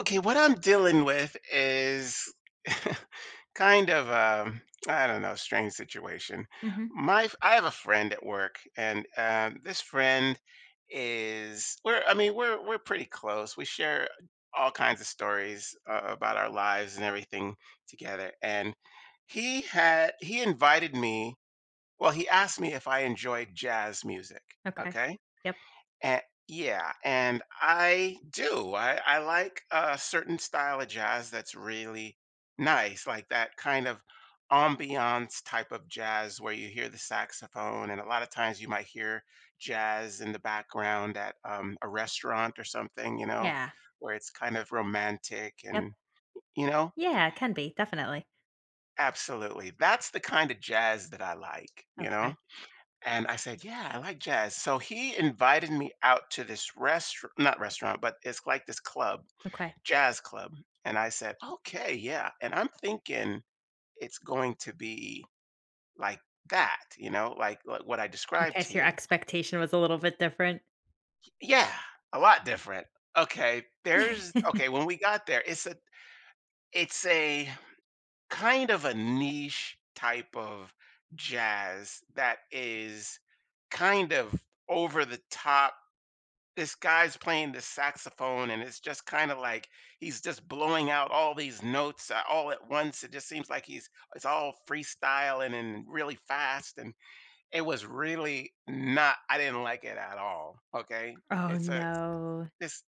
Okay, what I'm dealing with is kind of I don't know, strange situation. Mhm. I have a friend at work, and this friend is we're I mean we're pretty close. We share all kinds of stories about our lives and everything together. And he invited me. Well, he asked me if I enjoyed jazz music. Okay. Okay, Yep. and yeah, and I do. I like a certain style of jazz that's really nice, like that kind of ambiance type of jazz where you hear the saxophone, and a lot of times you might hear jazz in the background at a restaurant or something, you know, Yeah. where it's kind of romantic Yep. and, you know, Yeah, it can be, definitely. absolutely. That's the kind of jazz that I like, you know? Okay. And I said, "Yeah, I like jazz." So he invited me out to this restaurant, not restaurant, but it's like this club, Okay. jazz club. And I said, "Okay, yeah." And I'm thinking it's going to be like that, you know, like what I described Okay, to so your you. expectation was a little bit different. Yeah, a lot different. Okay, when we got there, it's a kind of a niche type of jazz that is kind of over the top. This guy's playing the saxophone and it's just kind of like he's just blowing out all these notes all at once. It just seems like he's it's all freestyling and really fast, and it was really not I didn't like it at all. Okay, Oh, it's a no. this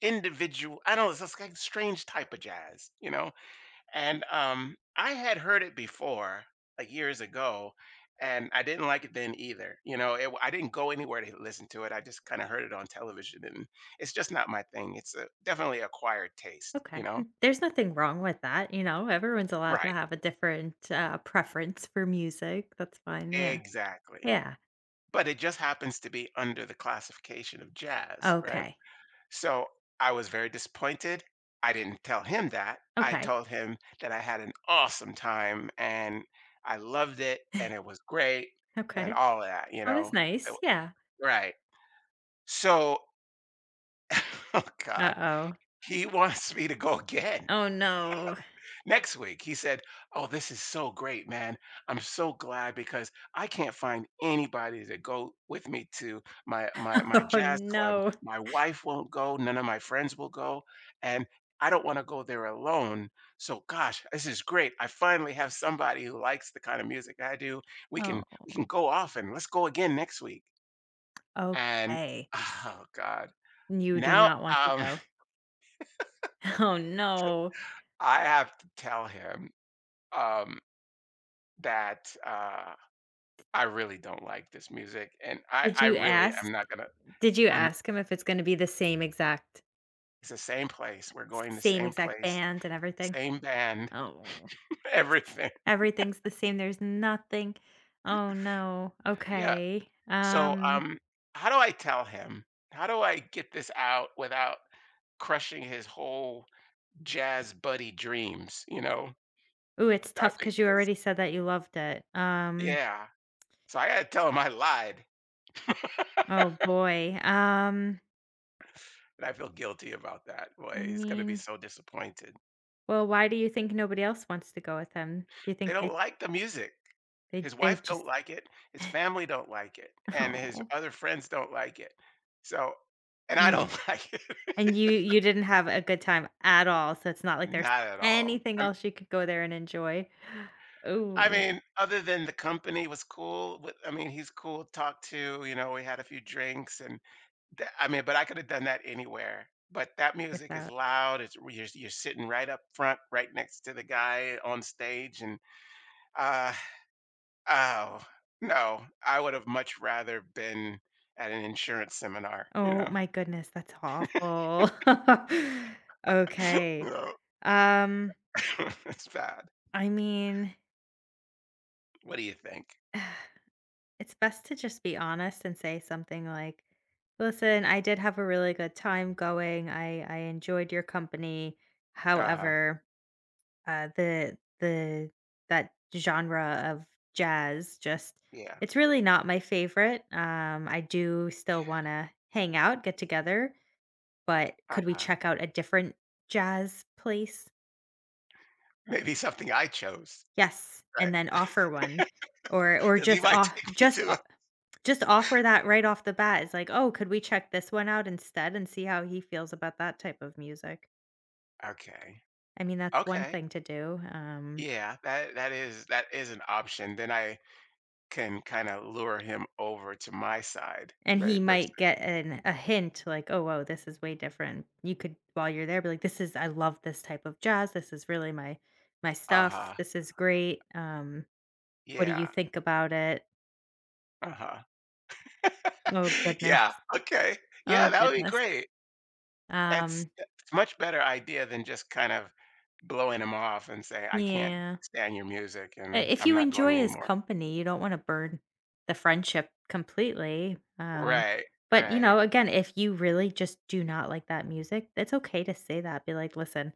individual, I don't know, it's this like strange type of jazz, you know? And I had heard it before, like years ago, and I didn't like it then either. You know, it, I didn't go anywhere to listen to it. I just kind of heard it on television, and it's just not my thing. It's a, definitely acquired taste, you Okay. know? And there's nothing wrong with that, you know, everyone's allowed to Right, have a different, preference for music, that's fine, yeah. exactly. Yeah. But it just happens to be under the classification of jazz, right? Okay. So I was very disappointed. I didn't tell him that. I Okay. told him that I had an awesome time and I loved it and it was great and Okay. all of that, you That was know? It wa- nice, yeah. Right. So, oh God, Uh-oh. he wants me to go again. Oh, oh no. Next week he said, "Oh, this is so great, man. I'm so glad because I can't find anybody to go with me to my my my Oh, jazz club. no. My wife won't go, none of my friends will go, and I don't want to go there alone. So gosh, this is great, I finally have somebody who likes the kind of music I do. we can we Oh, can go off, and let's go again next week." And okay. oh god, You do now not want to um go. Oh, no. I have to tell him, um that I really don't like this music, and I Did I you really am ask not gonna did you I'm ask him if it's gonna be the same exact it's the same place, we're going the same same exact place, band and everything? same band, Oh, everything. everything's the same, there's nothing, oh, no. Yeah, Okay. so, how do I tell him? How do I get this out without crushing his whole jazz buddy dreams, you know? ooh, it's I tough mean, because you 'cause already said that you loved it. Yeah, so I gotta tell him I lied, Oh, boy. And I feel guilty about that. I Boy, he's gonna be mean, so disappointed. well, why do you think nobody else wants to go with him? Do you They think don't they like the music. they His they wife don't just like it, his family don't like it, and his oh. other friends don't like it. So and I don't like it. And you didn't have a good time at all, so it's not like there's Not at all. anything else you could go there and enjoy. I Ooh, mean, other than the company was cool with I mean, he's cool to talk to, you know, we had a few drinks and tha I mean, but I could have done that anywhere. But that music is without. loud, it's you're sitting right up front, right next to the guy on stage and, uh, oh, no. I would have much rather been at an insurance seminar, you Oh know? my goodness, that's awful. Okay. No. um, It's bad. I mean, What do you think? it's best to just be honest and say something like, "Listen, I did have a really good time going. I enjoyed your company. Uh-huh. However" the that genre of jazz just, Yeah. it's really not my favorite. I do still want to hang out, get together, but could we Uh-huh. check out a different jazz place? Maybe something I chose, Yes, right? and then offer one, or Because he just might off take me just to o- just offer that right off the bat. It's like, oh, could we check this one out instead and see how he feels about that type of music? a okay. I mean, that's one Okay. thing to do. Yeah, that is that is an option. Then I can kinda lure him over to my side, And he right, versus might get an a hint like, "Oh, whoa, this is way different." You could while you're there be like, "This is I love this type of jazz. This is really my my stuff. uh-huh. This is great. What do you Yeah. think about it?" Uh-huh. Oh goodness. Yeah, okay. Yeah, Oh that would be goodness. great. That's Um, it's much better idea than just kind of blowing him off and say, "I can't yeah. stand your music, I and if I'm you not going enjoy his anymore." company, you don't wanna burn the friendship completely. Right, But, you right, know, again, if you really just do not like that music, it's okay to say that. Be like, "Listen,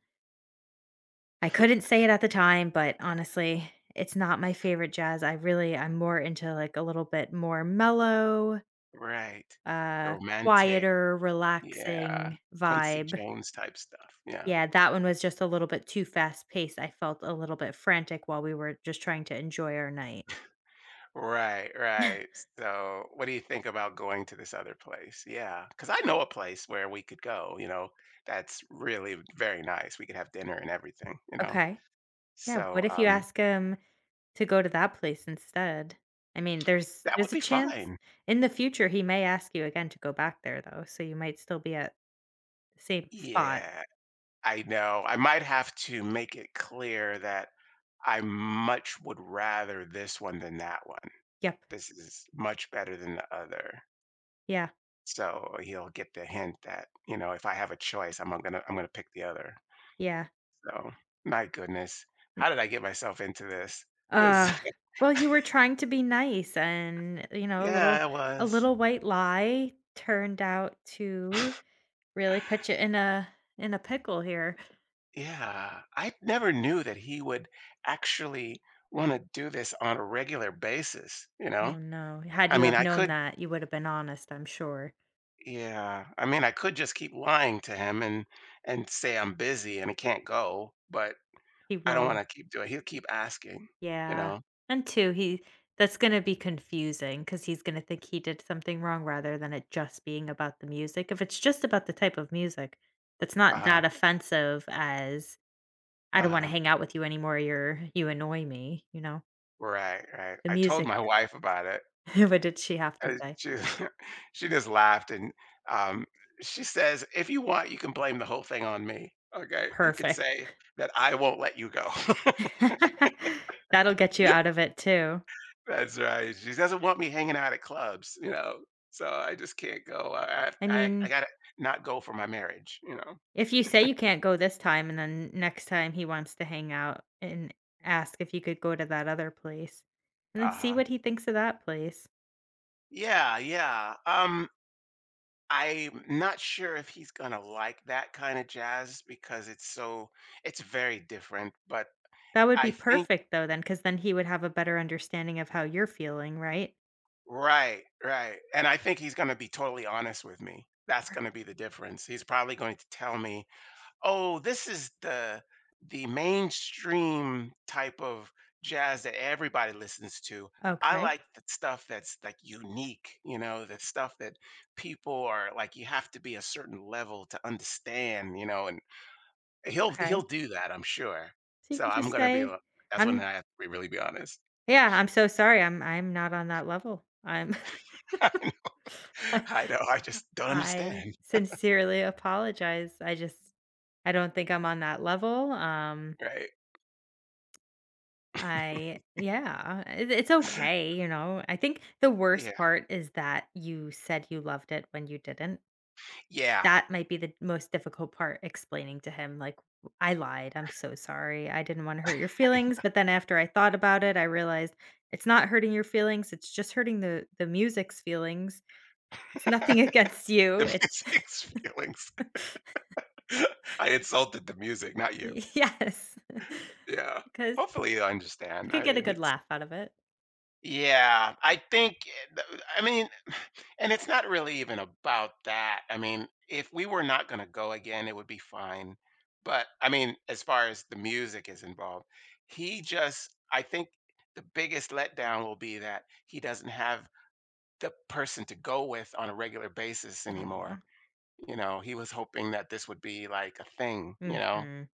I couldn't say it at the time, but honestly, it's not my favorite jazz. I really I'm more into, like, a little bit more mellow, right. uh, Romantic, quieter, yeah. relaxing Quincy vibe. Jones type stuff, yeah. Yeah, that one was just a little bit too fast paced. I felt a little bit frantic while we were just trying to enjoy our night. Right, right. So, what do you think about going to this other place? Yeah, because I know a place where we could go, you know, that's really very nice. We could have dinner and everything, you know? Okay. Yeah, So, what if you ask him to go to that place instead? I mean, there's that would a be chance fine. in the future he may ask you again to go back there though, so you might still be at the same spot. Yeah, I know. I might have to make it clear that I much would rather this one than that one. Yep. This is much better than the other. Yeah. So he'll get the hint that, you know, if I have a choice, I'm gonna pick the other. Yeah. So, my goodness, how did I get myself into this? Uh, This well, you were trying to be nice and, you know, a yeah, little, it a was. little white lie turned out to really put you in a, in a pickle here. Yeah, I never knew that he would actually wanna do this on a regular basis, you know? Oh, no. Had I you mean, have I known could that, you would have been honest, I'm sure. yeah, I mean, I could just keep lying to him and say I'm busy and I can't go, but He I don't will, wanna keep doing He'll keep asking, you yeah. know? And two, he that's gonna be confusing because he's gonna think he did something wrong rather than it just being about the music. If it's just about the type of music, that's not Uh-huh, that offensive as I don't wanna uh-huh. hang out with you anymore, you're you annoy me, you know? Right, right. The I told music. my wife about it, What did she have to and say? she she just laughed, and, um, she says, "If you want, you can blame the whole thing on me, okay? You could Perfect. say that I won't let you go." That'll get you out of it too. That's right. She doesn't want me hanging out at clubs, you know, so I just can't go. I I I I I mean, gotta not go for my marriage, you know? if you say you can't go this time and then next time he wants to hang out and ask if you could go to that other place, and then see Uh-huh. what he thinks of that place. Yeah, yeah. I'm not sure if he's gonna like that kinda jazz because it's very different, but That would I be think perfect though. Then, because then he would have a better understanding of how you're feeling, right? right, right, and I think he's gonna be totally honest with me. That's gonna be the difference. He's probably going to tell me, "Oh, this is the mainstream type of jazz that everybody listens to. I Okay, like the stuff that's, like, unique, you know, the stuff that people are like, you have to be a certain level to understand," you know, and he'll okay. do that, I'm sure. So you So could I'm just gonna be say, l that's when "I'm" I have to be really be honest. yeah, I'm so sorry. I'm not on that level. I'm I know, I just don't I understand. sincerely apologize. I just I don't think I'm on that level. Um, Right. I yeah, it, it's okay, you know. I think the worst Yeah. part is that you said you loved it when you didn't. Yeah. That might be the most difficult part explaining to him like I lied. I'm so sorry. I didn't want to hurt your feelings, but then after I thought about it, I realized it's not hurting your feelings. It's just hurting the music's feelings. It's nothing against The you, it's music's feelings. I insulted the music, not you. yes. Yeah. Because Hopefully you you understand. could I get a mean, good it's laugh out of it. yeah, I think eh, th I mean, and it's not really even about that. I mean, if we were not gonna go again, it would be fine. But, I mean, as far as the music is involved, he just I think the biggest letdown will be that he doesn't have the person to go with on a regular basis Aw. anymore. You know, he was hoping that this would be like a thing, you know, Mhm.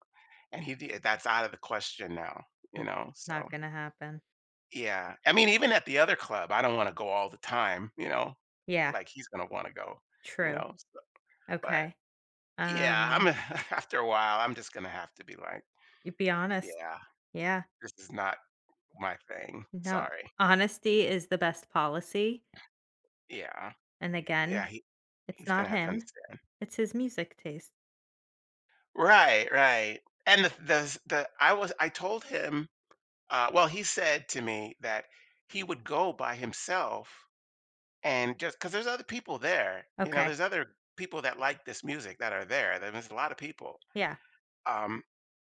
and he did that's out of the question now, you That's know, not so gonna happen. yeah. I mean, even at the other club, I don't wanna go all the time, you know, Yeah, like he's gonna wanna go, you true. know, so but Okay. yeah, Um, I'm after a while, I'm just gonna have to be like, you be honest. "Yeah, Yeah. this is not my thing. No, Sorry." honesty is the best policy, Yeah. and Yeah, again, it's he's not gonna have to him, understand. it's his music taste. Right, right. And the I was I told him he said to me that he would go by himself and just because there's other people there, you know, Okay. there's other people that like this music that are there. There's a lot of people. Yeah. Um,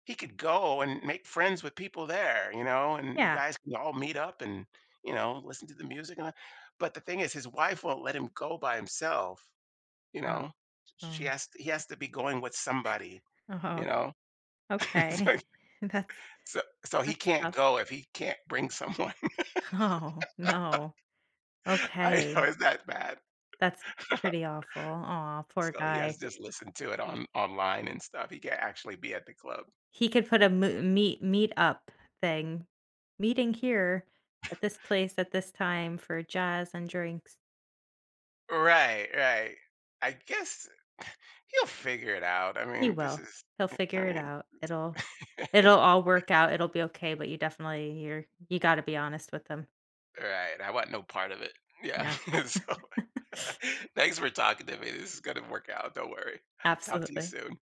he could go and make friends with people there, you know, and you Yeah. guys can all meet up and, you know, listen to the music. And, but the thing is, his wife won't let him go by himself, you Oh, know. She oh, has he has to be going with somebody, you oh, know. okay. So, That's so he that's can't tough. go if he can't bring someone. Oh, no. I know Okay. it's that bad. That's pretty awful. Aw, poor So he has to guy. just listen to it on online and stuff. He can't actually be at the club. He could put a mo, meet up thing. Meeting here at this place at this time for jazz and drinks. Right, right. I guess he'll figure it out. I He mean, this will. is, He'll I figure it mean, out. It'll, it'll all work out. It'll be okay, but you definitely you're you gotta be honest with them. right. I want no part of it. Yeah. No. So thanks for talking to me. This is going to work out. Don't worry. Talk to you Absolutely. soon.